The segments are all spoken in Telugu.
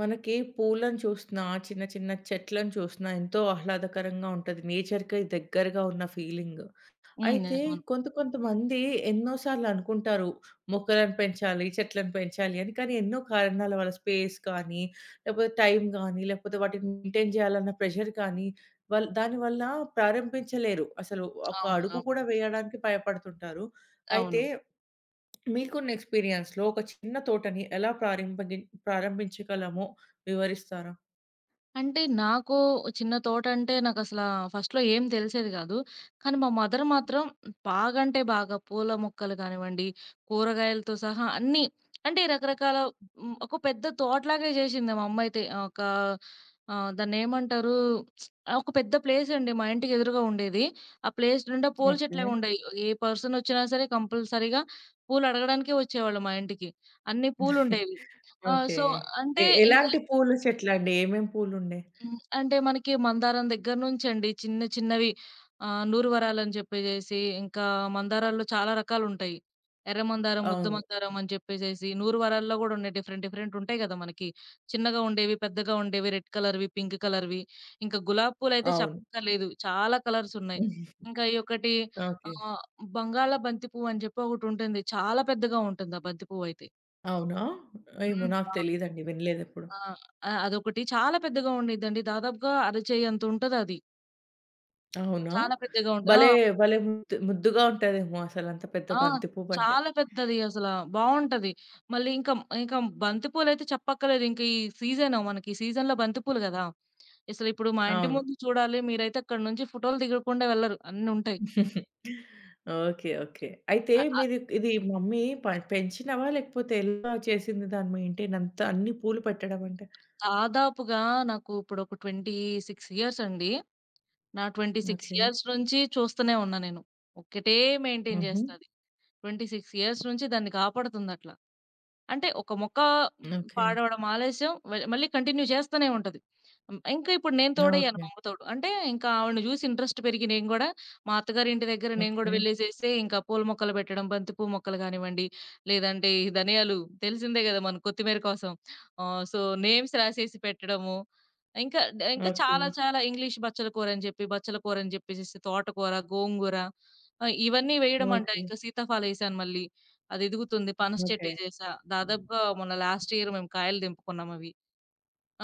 మనకి పూలను చూస్తున్నా, చిన్న చిన్న చెట్లను చూస్తున్నా ఎంతో ఆహ్లాదకరంగా ఉంటది. నేచర్‌కి దగ్గరగా ఉన్న ఫీలింగ్. హ్మ్. అయితే అవును. కొంతమంది ఎన్నో సార్లు అనుకుంటారు. మొక్కలను పెంచాలి, చెట్లను పెంచాలి అని. కానీ ఎన్నో కారణాల వల్ల స్పేస్ కానీ, లేకపోతే టైం గానీ, లేకపోతే వాటిని మెయింటైన్ చేయాలన్న ప్రెషర్ కానీ, వాళ్ళు దానివల్ల ప్రారంభించలేరు. అసలు ఒక అవును. అడుగు కూడా వేయడానికి భయపడుతుంటారు. అవును. అయితే మీకున్న ఎక్స్‌పీరియన్స్‌లో ఒక చిన్న తోటని ఎలా ప్రారంభించగలమో వివరిస్తారా? అంటే నాకు చిన్న తోటంటే నాకసలా ఫస్ట్‌లో ఏం తెలిసేది గాదు. కానీ మా మదర్ మాత్రం బాగా అంటే బాగా పూల మొక్కలు గానివ్వండి, కూరగాయలతో సహా అన్నీ అంటే రకరకాల ఒక పెద్ద తోటలాగే జేసింది మా అమ్మయితే. ఒక దాన్నేమంటారు? ఒక పెద్ద ప్లేసండి మా ఇంటికి ఎదురుగా ఉండేది. ఆ ప్లేస్ నిండా పూల చెట్లే ఓకే. ఉండేయి. ఏ పర్సనొచ్చినా సరే కంపల్సరీగా పూలడగడానికే వచ్చేవాళ్ళు మా ఇంటికి. అన్ని పూలుండేవి. ఆ! ఓకే. సో, అంటే ఇంకా ఎలాంటి పూల చెట్లండి? ఏమేం పూలుండే? హ్మ్. అంటే మనకి మందారం దగ్గర నుంచండి చిన్న చిన్నవి నూరువరాలని చెప్పేసేసి, ఇంకా మందారాల్లో చాలా రకాలుంటాయి. ఎర్ర మందారం, ముద్ద అవును. మందారం అని చెప్పేసేసి, నూరువరాల్లో గూడా ఉన్నాయి. డిఫరెంట్ డిఫరెంట్ ఉంటాయి గదా మనకి! చిన్నగా ఉండేవి, పెద్దగా ఉండేవి, రెడ్ కలర్‌వి, పింక్ కలర్‌వి. ఇంకా గులాబీ పూలయితే అవును. చెప్పక్కర్లేదు. చాలా కలర్స్ ఉన్నాయి. ఇంకా ఈ ఒకటి ఓకే. ఆహ్, బంగాళ బంతి పువ్వు అని చెప్పి ఒకటుంటుంది. చాలా పెద్దగా ఉంటుంది ఆ బంతి పువ్వయితే. అవునా? ఏమో హ్మ్. నాకు ఆ! తెలీదండి. వినలేదెప్పుడు. ఆ! అదొకటి చాలా పెద్దగా ఉండిద్దండి. దాదాపుగా అరచేయంత ఉంటదది. అవునా? చాలా పెద్దగా ఉంట ఆ! భలే భలే ముద్దు ముద్దుగా ఉంటదేమో అసలంత పెద్ద ఆ! బంతి పువ్వంటే. చాలా పెద్దది అసల. బావుంటది. మళ్ళీ ఇంకా బంతిపూలయితే చెప్పక్కర్లేదు. ఇంక ఈ సీజను మనకి ఈ సీజన్‌లో బంతిపూలు గదా! అసలిప్పుడు మా ఇంటి అవును. ముందు చూడాలి మీరైతే అక్కడి నుంచి ఫోటోలు దిగకుండా వెళ్లరు. అన్నుంటాయి. ఓకే. ఓకే. అయితే అ అ మీరు ఇది మమ్మీ పెంచినవా? లేకపోతే ఎలా చేసింది దాని మెయింటైన్ అంతా అన్ని పూలు పెట్టడం అంటే? దాదాపుగా నాకు ఇప్పుడొక 26 ఇయర్స్ అండి. నా 26 ఓకే. ఇయర్స్ నుంచి చూస్తూనే ఉన్నా నేను. ఒక్కటే మెయింటైన్ హుహు. జేస్తది. 26 ఇయర్స్ నుంచి దాన్ని కాపాడుతుందట్లా. అంటే ఒక మొక్క ఓకే. పాడవడం ఆలస్యం వె మళ్ళీ కంటిన్యూ చేస్తూనే ఉంటది. హ్మ్. ఇంకా ఇప్పుడు నేను తోడయ్యాను ఓకే. మా అమ్మ తోడు. అంటే ఇంకా ఆవిడని చూసి ఇంట్రెస్ట్ పెరిగి నేను గూడా మా అత్తగారింటి దగ్గర నేను గూడా ఓకే. వెళ్ళేసేసి ఇంకా పూల మొక్కలు పెట్టడం, బంతి పువ్వు మొక్కలు గానివ్వండి, లేదంటే ఈ ధనియాలు తెలిసిందే గదా మన కొత్తిమీర కోసం! ఆహ్, సో, నేమ్స్ రాసేసి పెట్టడము. ఇంకా ఓకే. చాలా చాలా ఇంగ్లీష్ బచ్చల కూరని జెప్పేసేసి తోటకూర, గోంగూర ఇవన్నీ వేయడం అంట. ఓకే. ఇంకా సీతాఫలం ఏశాను మళ్ళీ. అది ఎదుగుతుంది. పనస చెట్టు ఓకే. ఎసేసా. దాదాపుగా మొన్న లాస్ట్ ఇయర్ మేము కాయలు తెంపుకున్నాం అవి.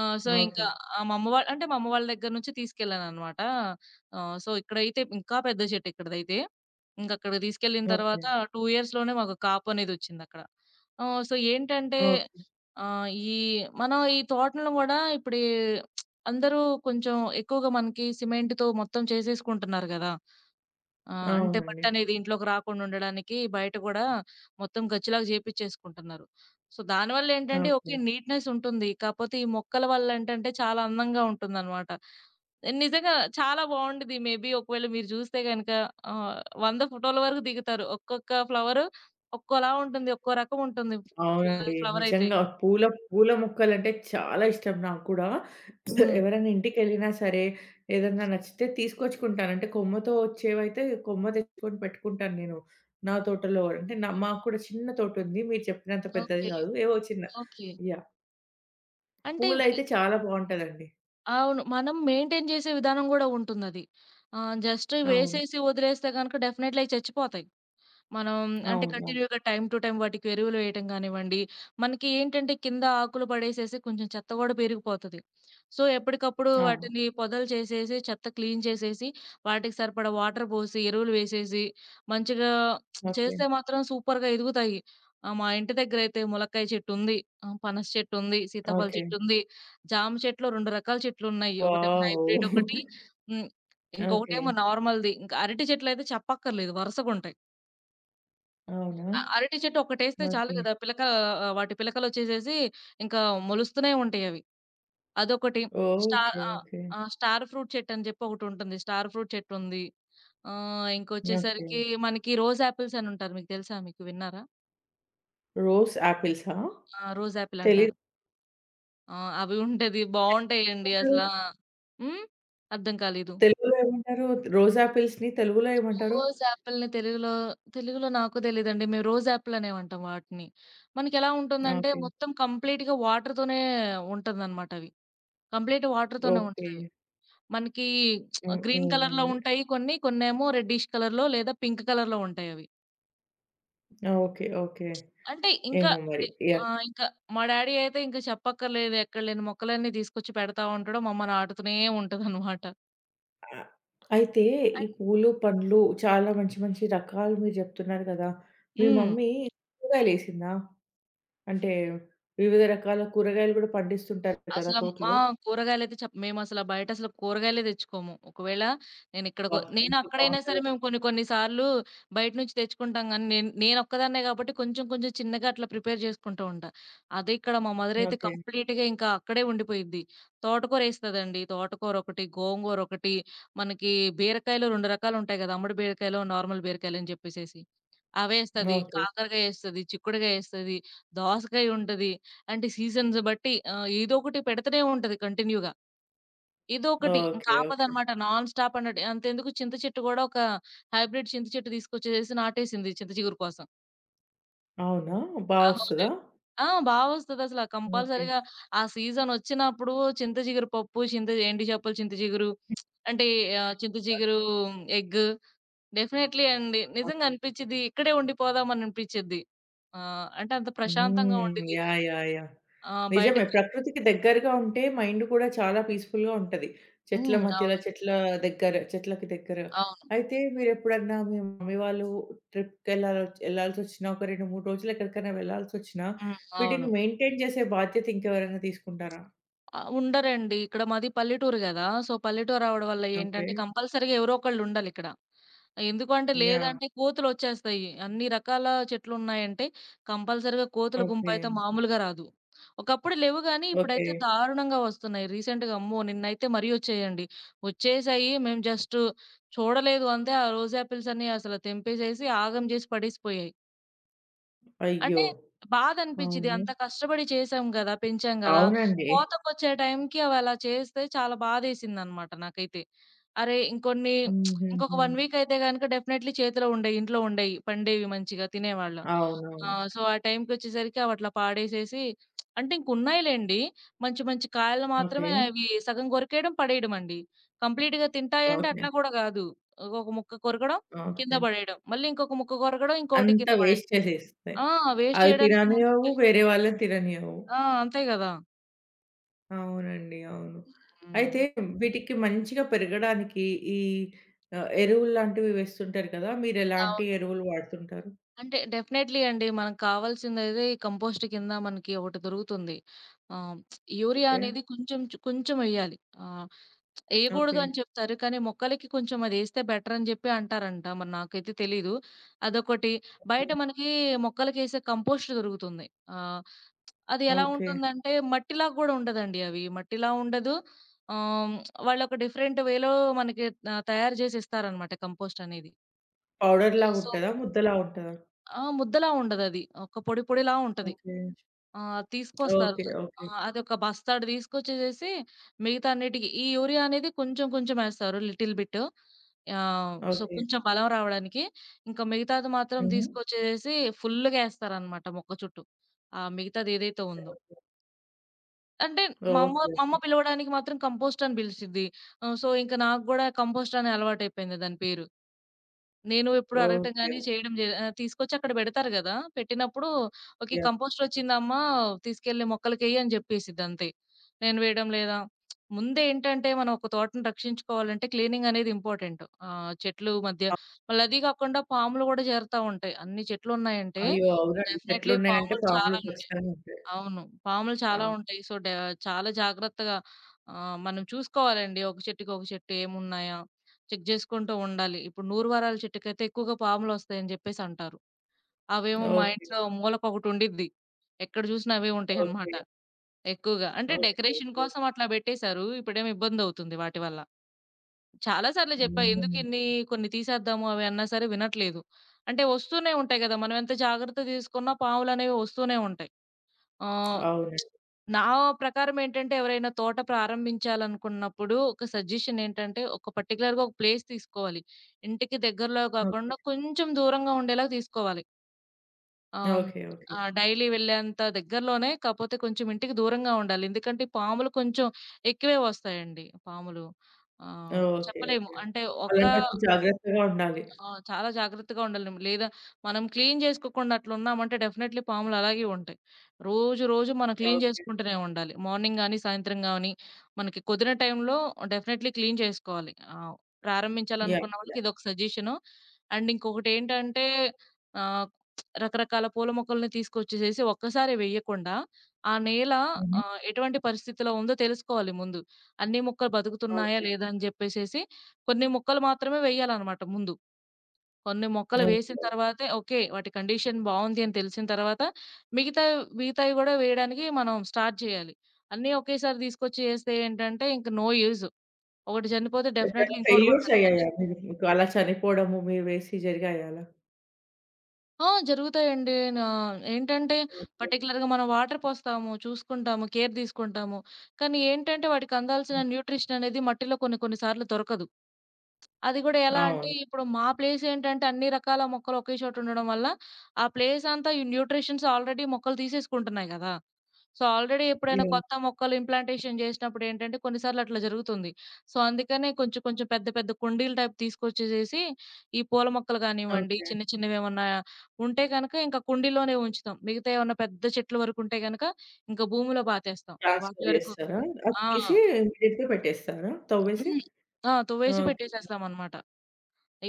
ఆహ్, సో, ఇంకా ఓకే. ఆహ్, మా అమ్మ వాళ్ళ దగ్గర నుంచి తీసుకెళ్ళాననమాట. ఇక్కడైతే ఇంకా పెద్ద చెట్టు ఇక్కడిదైతే. ఇంకక్కడికి తీసుకెళ్ళిన ఓకే. తర్వాత 2 ఇయర్స్‌లోనే మాకు కాపు అనేదొచ్చిందక్కడ. ఏంటంటే ఓకే. ఆహ్, ఈ మనం ఈ తోటలను గూడా ఇప్పుడు అందరూ కొంచెం ఎక్కువగా మనకి సిమెంట్‌తో మొత్తం చేసేసుకుంటున్నారు గదా! ఆ! అంటే అవునండి. బట్టనేది ఇంట్లోకి రాకుండా ఉండడానికి బయట గూడా మొత్తం గచ్చులాగా జేపిచ్చేసుకుంటున్నారు. సో, దానివల్లేంటంటే ఓకే, ఓకే. నీట్‌నెస్ ఉంటుంది. కాపోతే ఈ మొక్కల వల్లేంటంటే చాలా అందంగా ఉంటుందనమాట. నిజంగా చాలా బావుండిద్ది. మేబీ ఒకవేళ మీరు జూస్తే గనక ఆహ్, 100 ఫోటోల వరకు దిగుతారు. ఒక్కొక్క ఫ్లవరు ఒక్కోలా ఉంటుంది. ఒక్కో రకం ఉంటుంది. ఫ్ల అవునండి. ఫ్లవరయితే. నిజంగా పూల పూల మొక్కలంటే చాలా ఇష్టం నాకు కూడా. హ్మ్. ఎవరైనా ఇంటికెళ్ళినా సరే, ఏదన్నా నచ్చితే తీసుకొచ్చుకుంటాను. అంటే కొమ్మతో వచ్చేవైతే కొమ్మ తెచ్చుకొని పెట్టుకుంటాను నేను. నా తోటలో అంటే మాకు కూడా చిన్న తోటుంది. మీరు చెప్పినంత పెద్దది ఓకే. గాదు. ఏవో చిన్న. ఓకే. యాహ్! అంటే పూలైతే చాలా బావుంటదండి. అవును. మనం మెయింటైన్ చేసే విధానం గూడా ఉంటుందది. జస్ట్ అవును. వేసేసి వదిలేస్తే గనక డెఫినెట్‌లీ అయి చచ్చిపోతాయి. మనం అంటే అవును. అవును. కంటిన్యూ‌గా టైమ్ టు టైమ్ వాటికి ఎరువులు వేయటం గానివ్వండి, మనకి ఏంటంటే కింద ఆకులు పడేసేసి కొంచెం చెత్త గూడా పెరిగిపోతది. సో, ఎప్పటికప్పుడు అవును. వాటిని పొదలు చేసేసి, చెత్త క్లీన్ చేసేసి, వాటికి సరిపడా వాటర్ పోసి, ఎరువులు వేసేసి, మంచిగా ఓకే. చేస్తే మాత్రం సూపర్‌గా ఎదుగుతాయి. మా ఇంటి దగ్గరయితే ములక్కాయ చెట్టుంది, పనస చెట్టుంది, సీతాఫల ఓకే. చెట్టుంది, జామ చెట్లు 2 రకాల చెట్లున్నాయి. ఒకటేమో వావ్! హైబ్రిడ్ ఒకటి, హ్మ్. ఓకే. ఇంకొకటేమో నార్మల్‌ది. ఇంకా అరటి చెట్లయితే చెప్పక్కర్లేదు వరుసగుంటాయి. అవునా? అరటి చెట్టు ఒకటేస్తే చాలు ఓకే. గదా! వాటి పిలకలొచ్చేసేసి ఇంకా మొలుస్తూనే ఉంటాయవి. అదొకటి. Star okay. ఆ! ఓకే. ఆ! స్టార్ ఫ్రూట్ చెట్టని జెప్పి ఒకటుంటుంది. స్టార్ ఫ్రూట్ చెట్టుంది. ఓకే. ఇంకొచ్చేసరికి మనకి రోజ్ యాపిల్స్ అనుంటారు. మీకు తెలుసా? మీకు విన్నారా? రోజ్ యాపిల్సా? ఆ! రోజ్ యాపిల్ అంటారు. తెలీదు. ఆ! అవి ఉంటది. బావుంటాయండి తెలుగులో అసల. హ్మ్. అర్థం కాలేదు. తెలుగులో ఏమంటారు? రోజా పిల్స్‌ని తెలుగులో ఏమంటారు? రోజ్ యాపిల్‌ని తెలుగులో, తెలుగులో నాకు తెలీదండి. మేము రోజ్ యాపిల్ అనేవంటాం వాటిని. మనకెలా ఉంటుందంటే ఓకే. మొత్తం కంప్లీట్‌గా వాటర్‌తోనే ఉంటుందనమాట అవి. కంప్లీట్ వాటర్‌తోనే ఓకే. ఉంటదవి. మనకి హ్మ్. గ్రీన్ ఏమో కలర్‌లో మరి. ఉంటాయి కొన్ని. కొన్నేమో రెడ్డిష్ కలర్‌లో లేదా పింక్ కలర్‌లో ఉంటాయవి. ఓకే. ఓకే. అంటే ఇంకా ఏమో మరి. అంటే యాహ్! ఆహ్, ఇంకా మా డ్యాడీ అయితే ఇంక చెప్పక్కర్లేదు. ఎక్కడ లేని మొక్కలన్నీ తీసుకొచ్చి పెడతా ఉంటాడు. మమ్మల్ని ఆడుతూనే ఉంటదనమాట. ఆహ్, అయితే ఈ పూలు, పండ్లు చాలా మంచి మంచి రకాలు మీరు చెప్తున్నారు కదా! మీ హ్మ్. మమ్మీ కూరగాయలేసిందా? అంటే వివిధ రకాల కూరగాయలు కూడా పండిస్తుంటారు కదా అసల ఆ! తోటలో? కూరగాయలైతే చెప్ మేమసల బయట అసలు కూరగాయలే తెచ్చుకోము. ఒకవేళ నేను ఇక్కడ కొ వాహ్! నేను ఎంత అక్కడైనా సరే బావుంటదో. మేము కొన్ని కొన్ని సార్లు బయట నుంచి తెచ్చుకుంటాం గానీ, నేనొక్కదాన్నే కాబట్టి కొంచెం కొంచెం చిన్నగా అట్లా ప్రిపేర్ చేసుకుంటూ ఉంటా. అదే ఇక్కడ మా మదర్ అయితే ఓకే. కంప్లీట్‌గా ఇంకా అక్కడే ఉండిపోయిద్ది. తోటకూరేస్తదండి. తోటకూరొకటి, గోంగూరొకటి, మనకి బీరకాయలు 2 రకాలుంటాయి గదా! అమ్మడి బీరకాయలు, నార్మల్ బీరకాయలని చెప్పేసేసి. అవేస్తది. ఓకే. కాకరకాయేస్తది, చిక్కుడుగాయేస్తది, దోసకాయుంటది. అంటే సీజన్స్ బట్టి ఏదో ఒకటి పెడతనే ఉంటది కంటిన్యూ‌గా. ఏదో ఒకటి ఇంక ఓకే. ఓకే. ఆపదనమాట నాన్ స్టాప్ అన్నట్టు. అంతెందుకు చింత చెట్టు గూడా ఒక హైబ్రిడ్ చింత చెట్టు తీసుకొచ్చేసేసి నాటేసింది చింత చిగురు కోసం. అవునా? బా ఆ! హౌజీ వస్తదా? ఆ! బా వస్తదసల. ఓకే. కంపల్సరీగా ఆ సీజనొచ్చినప్పుడు చింత చిగురు పప్పు, చింత ఎండు చేపలు, చింత చిగురు అంటే చింత చిగురు ఓకే. ఎగ్ డెఫినైట్‌లీ అండి. నిజంగా ఓకే. అనిపిచ్చిద్ది. ఇక్కడే ఉండిపోదాం అని అనిపిచ్చిద్ది. అంటే అంత ప్రశాంతంగా హ్మ్. ఉండిద్ది. యాహ్! యాహ్! యాహ్! నిజమే. బయటకి ప్రకృతికి దగ్గరగా ఉంటే మైండ్ కూడా చాలా పీస్‌ఫుల్‌గా ఉంటది. చెట్ల హ్మ్. మధ్యలో, అవును. చెట్లకి దగ్గర. అవును. అయితే మీరెప్పుడన్నా మీ మమ్మీ వాళ్ళు ట్రిప్‌కెళ్ళాలో ఎళ్ళాల్సొచ్చినా ఒక 2, 3 రోజులు ఎక్కడికైనా వెళ్ళాల్సొచ్చినా హ్మ్. అవును. వీటిని మెయింటైన్ చేసే బాధ్యత ఇంకెవరైనా తీసుకుంటారా? ఉండరండి. ఇక్కడ మాది పల్లెటూరు గదా! సో, పల్లెటూరు అవ్వడం వల్ల ఓకే. ఏంటంటే, కంపల్సరీగా ఎవరో ఒకళ్ళుండాలిక్కడ. ఎందుకంటే, యాహ్! లేదంటే కోతులొచ్చేస్తాయి. అన్ని రకాల చెట్లున్నాయంటే, కంపల్సరీగా కోతుల ఓకే. గుంపయితే మామూలుగా రాదు. ఒకప్పుడు లెవ్వు గానీ, ఓకే. ఇప్పుడైతే దారుణంగా వస్తున్నాయి. రీసెంట్‌గా అమ్మో! నిన్నైతే మరీ ఒచ్చాయండి. ఒచ్చేసాయి. మేము జస్టు చూడలేదు అంతే. ఆ రోజ్ యాపిల్సన్నీ అసలు తెంపేసేసి, ఆగం జేసి పడేసిపోయాయి. అయ్యో! అంటే బాధనిపిచ్చిద్ది. అవును. అంత కష్టపడి చేశాం గదా! పెంచాం గదా! అవునండి. కోతకొచ్చే టైంకి అవలా చేస్తే చాలా బాధేసిందనమాట నాకైతే. అరే! ఇంకొక హుహుహు. 1 వీక్ అయితే గనక డెఫినైట్‌లీ చేతిలో ఉండేయి. ఇంట్లో ఉండేయి. పండేవి మంచిగా తినేవాళ్ళం. అవునవును. ఆ టైంకొచ్చేసరికి అవట్లా పాడేసేసి అంటే ఇంకున్నాయి లెండి. మంచి మంచి కాయలు ఓకే. మాత్రమే అవి సగం కొరికేయడం, పడేయడమండి. కంప్లీట్‌గా తింటాయంటే ఓకే. అట్లా గూడా గాదు. ఒక ముక్క కొరకడం, కింద ఓకే. పడేయడం. మళ్ళీ ఇంకొక ముక్క కొరకడం, ఇంకోటి కింద అంతా పడేయడం. వేస్ట్ చేసేస్తాయి. ఆ! వేస్ట్ అవి చేయడానికి తిననియ్యవు, ముందుంటాయి. వేరే వాళ్ళని తిననియ్యవు. ఆ! అంతే గదా! అవునండి. అవును. హ్మ్. అయితే వీటికి మంచిగా పెరగడానికి ఈ ఎరువులు లాంటివి వేస్తుంటారు కదా! ఆ! మీరెలాంటి ఎరువులు వాడుతుంటారు? అంటే డెఫినైట్లీ అండి. మనకు కావాల్సిందైతే ఈ కంపోస్ట్ కింద మనకి ఒకటి దొరుకుతుంది. ఆహ్, యూరియా ఓకే. అనేది కొంచెం ఎయ్యాలి. ఆహ్, ఎయకూడదు ఓకే. అని చెప్తారు. కానీ మొక్కలకి కొంచెం అదేస్తే బెటర్ అని జెప్పి అంటారంట. మరి నాకైతే తెలీదు. అదొకటి. ఓకే. బయట మనకి మొక్కలకేసే కంపోస్ట్ దొరుకుతుంది. ఆహ్, అది ఎలా ఓకే. ఉంటుందంటే మట్టిలా గూడా ఉండదండి అవి. మట్టిలా ఉండదు. ఆహ్, వాళ్ళొక డిఫరెంట్ వేలో మనకి తయారు జేసి ఇస్తారనమాట కంపోస్ట్ అనేది. పౌడర్‌లాగా సో, ఉంటదా? ముద్దలాగా ఉంటదా? ఆ! ముద్దలా ఉండదది. ఒక పొడి పొడిలా ఉంటది. ఓకే. ఆ! తీసుకొస్తారు. ఓకే. ఆ! ఓకే. అదొక బస్తాడు తీసుకొచ్చేసేసి మిగతా అన్నిటికి ఈ యూరియా అనేది కొంచెం కొంచెం ఏస్తారు లిటిల్ బిట్. ఓకే. కొంచెం బలం రావడానికి. ఇంకా మిగతాది మాత్రం హుహు. తీసుకొచ్చేసేసి ఫుల్లుగా ఏస్తారనమాట మొక్క చుట్టూ. ఆ మిగతాది ఏదైతే ఉందో. ఓకే. అంటే ఓకే. మా అమ్మ ఓకే. పిలవడానికి మాత్రం కంపోస్ట్ అని పిలిచిద్ది. ఇంక నాకు గూడా కంపోస్ట్ అనే అలవాటయిపోయింది దాని పేరు. నేను ఎప్పుడు అడగటం ఓకే. గాని, చేయడం జే ఆహ్, తీసుకొచ్చి అక్కడ పెడతారు గదా! పెట్టినప్పుడు ఓకే, యాహ్! కంపోస్టర్ వచ్చిందమ్మా తీసుకెళ్ళి మొక్కలకేయి అని జెప్పేసిద్దంతే. నేను వేయడం లేదా? ముందేంటంటే మనం ఒక తోటని రక్షించుకోవాలంటే క్లీనింగ్ అనేది ఇంపార్టెంట్. చెట్లు మధ్య అ మళ్ళీ అది గాకుండా పాములు గూడా జేరుతా ఉంటాయి. అన్ని చెట్లున్నాయంటే అయ్యో! అవునండి. డెఫినైట్‌లీ చెట్లున్నాయంటే పాములు పాములు చాలా ఉంటాయి. ఖచ్చితంగా ఉంటాయి. అవును. పాములు చాలా యాహ్! ఉంటాయి. సో, డ చాలా జాగ్రత్తగా మనం చూసుకోవాలండి. ఒక చెట్టుకి, ఒక చెట్టు ఏమున్నాయా? చెక్ జేసుకుంటూ ఉండాలి. ఇప్పుడు నూరు వారాల చెట్టుకైతే ఎక్కువగా పాములొస్తాయని జెప్పేసంటారు. అవేమో మా ఓకే. ఇంట్లో మూలకొకటుండిద్ది. ఎక్కడ జూసినా అవే ఓకే. ఉంటాయనమాట ఎక్కువగా. అంటే ఓకే. Decoration okay. కోసం అట్లా బెట్టేశారు. ఇప్పుడేమో ఇబ్బందవుతుంది వాటి వల్ల. చాలా సార్లు జెప్పా. హ్మ్. ఎందుకిన్ని కొన్ని తీసేద్దాము అవి అన్నా సరే వినట్లేదు. అంటే వస్తూనే ఉంటాయి గదా! మనం ఎంత జాగ్రత్త తీసుకున్నా పాములనేవి వస్తూనే ఉంటాయి. ఆహ్, అవునండి. నా ప్రకారం ఏంటంటే ఎవరైనా తోట ప్రారంభించాలనుకున్నప్పుడు ఒక సజెషన్ ఏంటంటే ఒక పర్టిక్యులర్‌గా ఒక ప్లేస్ తీసుకోవాలి. ఇంటికి దగ్గరలో ఓకే. కాకుండా కొంచెం దూరంగా ఉండేలాగా తీసుకోవాలి. ఆహ్, ఓకే. ఓకే. ఆహ్, డైలీ వెళ్ళేంత దగ్గరలోనే కాపోతే కొంచెం ఇంటికి దూరంగా ఉండాలి. ఎందుకంటే ఈ పాములు కొంచెం ఎక్కువే వస్తాయండి పాములు. ఆహ్, ఓకే. చెప్పలేము. ఓకే. అంటే ఒక అలాంటప్పుడు జాగ్రత్తగా ఉండాలి. ఆ! చాలా జాగ్రత్తగా ఉండాలండి. లేదా మనం క్లీన్ చేసుకోకుండా అట్లున్నామంటే డెఫినైట్‌లీ పాములు అలాగే ఉంటాయి. రోజు, రోజు మనం క్లీన్ ఓకే. చేసుకుంటూనే ఉండాలి. మార్నింగ్ గాని, సాయంత్రం గాని మనకి కుదిరిన టైంలో డెఫినైట్‌లీ క్లీన్ చేసుకోవాలి. యాహ్! ప్రారంభించాలనుకున్న వాళ్ళకి యాహ్! ఇదొక సజెషను. అండ్ ఇంకొకటేంటంటే ఆహ్, రకరకాల పూల మొక్కల్ని తీసుకొచ్చేసేసి ఒక్కసారే వేయకుండా, ఆ నేల హుహు. ఎటువంటి పరిస్థితిలో ఉందో తెలుసుకోవాలి ముందు. అన్ని మొక్కలు బతుకుతున్నాయా ఓకే. లేదా అని జెప్పేసేసి కొన్ని మొక్కలు మాత్రమే వేయాలన్నమాట ముందు. కొన్ని మొక్కలు వేసిన ఓకే. తర్వాతే ఓకే, వాటి కండిషన్ బావుంది అని తెలిసిన తర్వాత మిగతావి మిగతావి గూడా వేయడానికి మనం స్టార్ట్ చేయాలి. అన్నీ ఒకేసారి తీసుకొచ్చి ఏస్తే ఏంటంటే ఇంక నో యూజ్. ఒకటి చనిపోతే డెఫినైట్‌లీ ఎప్పుడైనా ఇంకోటి గూడా ఫెయిల్యూర్స్ చనిపోతుంది. అయ్యాయా మీరు? మీకు అలా చనిపోవడము మీరు వేసి జరిగాయా అలా? ఆ! జరుగుతాయండి. నా ఏంటంటే ఓకే. పర్టిక్యులర్‌గా మనం వాటర్ పోస్తాము, చూసుకుంటాము, కేర్ తీసుకుంటాము. కానీ ఏంటంటే వాటికి అందాల్సిన హ్మ్. న్యూట్రిషన్ అనేది మట్టిలో కొన్ని కొన్ని సార్లు దొరకదు. అది గూడా ఎలా అంటే, అవును. ఇప్పుడు మా ప్లేసేంటంటే, అన్ని రకాల మొక్కలు ఒకే చోటుండడం వల్ల, ఆ ప్లేసంతా ఈ న్యూట్రిషన్స్ ఆల్రెడీ మొక్కలు తీసేసుకుంటున్నాయి గదా! సో, ఆల్రెడీ ఎప్పుడైనా యాహ్! కొత్త మొక్కలు ఇంప్లాంటేషన్ జేసినప్పుడేంటంటే, కొన్నిసార్లు అట్లా జరుగుతుంది. సో, అందుకనే కొంచెం, కొంచెం పెద్ద, పెద్ద కుండీలు టైప్ తీసుకొచ్చేసేసి, ఈ పూల మొక్కలు గానివ్వండి, ఓకే. చిన్న చిన్నవేమన్నా ఉంటే గనక ఇంక కుండీలోనే ఉంచుతాం. మిగతా ఏమన్నా పెద్ద చెట్ల వరకుంటే గనక, ఇంక భూమిలో పాతేస్తాం. వాటి ట్రాన్స్‌ఫర్ వరకు చేస్తారా? అది ఆ! తీసి ఇమ్మీడియేట్‌గా పెట్టేస్తారా తవ్వేసి? హ్మ్. ఆ! తువ్వేసి ఓకే. పెట్టేసేస్తామనమాట.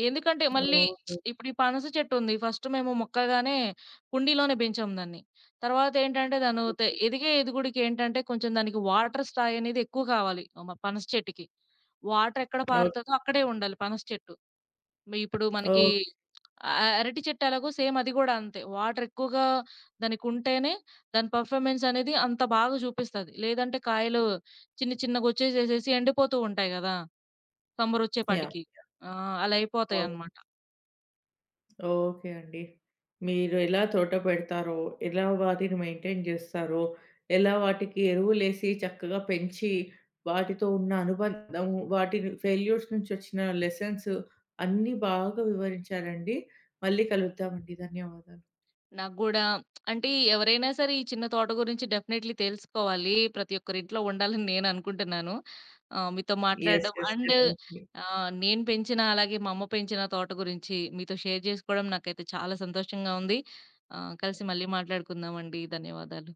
ఎందుకంటే మళ్ళీ ఓకే. ఇప్పుడు ఈ పనస చెట్టుంది. ఫస్ట్ మేము మొక్కగానే కుండీలోనే పెంచాం దాన్ని. తర్వాతేంటంటే దాను తె ఓకే. ఎదిగే ఎదుగుడికేంటంటే కొంచెం దానికి వాటర్ స్థాయి అనేది ఎక్కువ కావాలి. పనస చెట్టుకి. వాటర్ ఎక్కడ ఓకే. పారుతదో అక్కడే ఉండాలి పనస చెట్టు. ఇప్పుడు మనకి ఓకే. అ అరటి చెట్టు ఎలాగో సేమ్ అది గూడా అంతే. వాటర్ ఎక్కువగా దానికుంటేనే దాని పర్‌ఫార్మెన్స్ అనేది అంత బాగా చూపిస్తది. లేదంటే కాయలు చిన్న చిన్నగొచ్చేసేసేసి ఎండిపోతూ ఉంటాయి గదా! యాహ్! సమ్మరొచ్చేపాటికి. ఆ! అలా ఓకే. అయిపోతాయన్నమాట. ఓకే అండి. మీరు ఎలా తోట పెడతారో, ఎలా వాటిని మెయింటైన్ జేస్తారో, ఎలా వాటికి ఎరువులేసి చక్కగా పెంచి, వాటితో ఉన్న అనుబంధం, వాటిని ఫెయిల్యూర్స్ నుంచి వచ్చిన లెసన్స్ అన్నీ బాగా వివరించారండి. మళ్ళీ కలుద్దామండి. ధన్యవాదాలు. నాకు గూడా అంటే ఎవరైనా సరే ఈ చిన్న తోట గురించి డెఫినైట్‌లీ తెలుసుకోవాలి. ప్రతి ఒక్కరింట్లో ఉండాలని నేను అనుకుంటున్నాను. మీతో యెస్. మాట్లాడడం యెస్. And definitely. నేను పెంచిన అలాగే మా అమ్మ పెంచిన తోట గురించి మీతో షేర్ జేసుకోవడం నాకైతే చాలా సంతోషంగా ఉంది. కలిసి మళ్ళీ మాట్లాడుకుందామండి. ధన్యవాదాలు.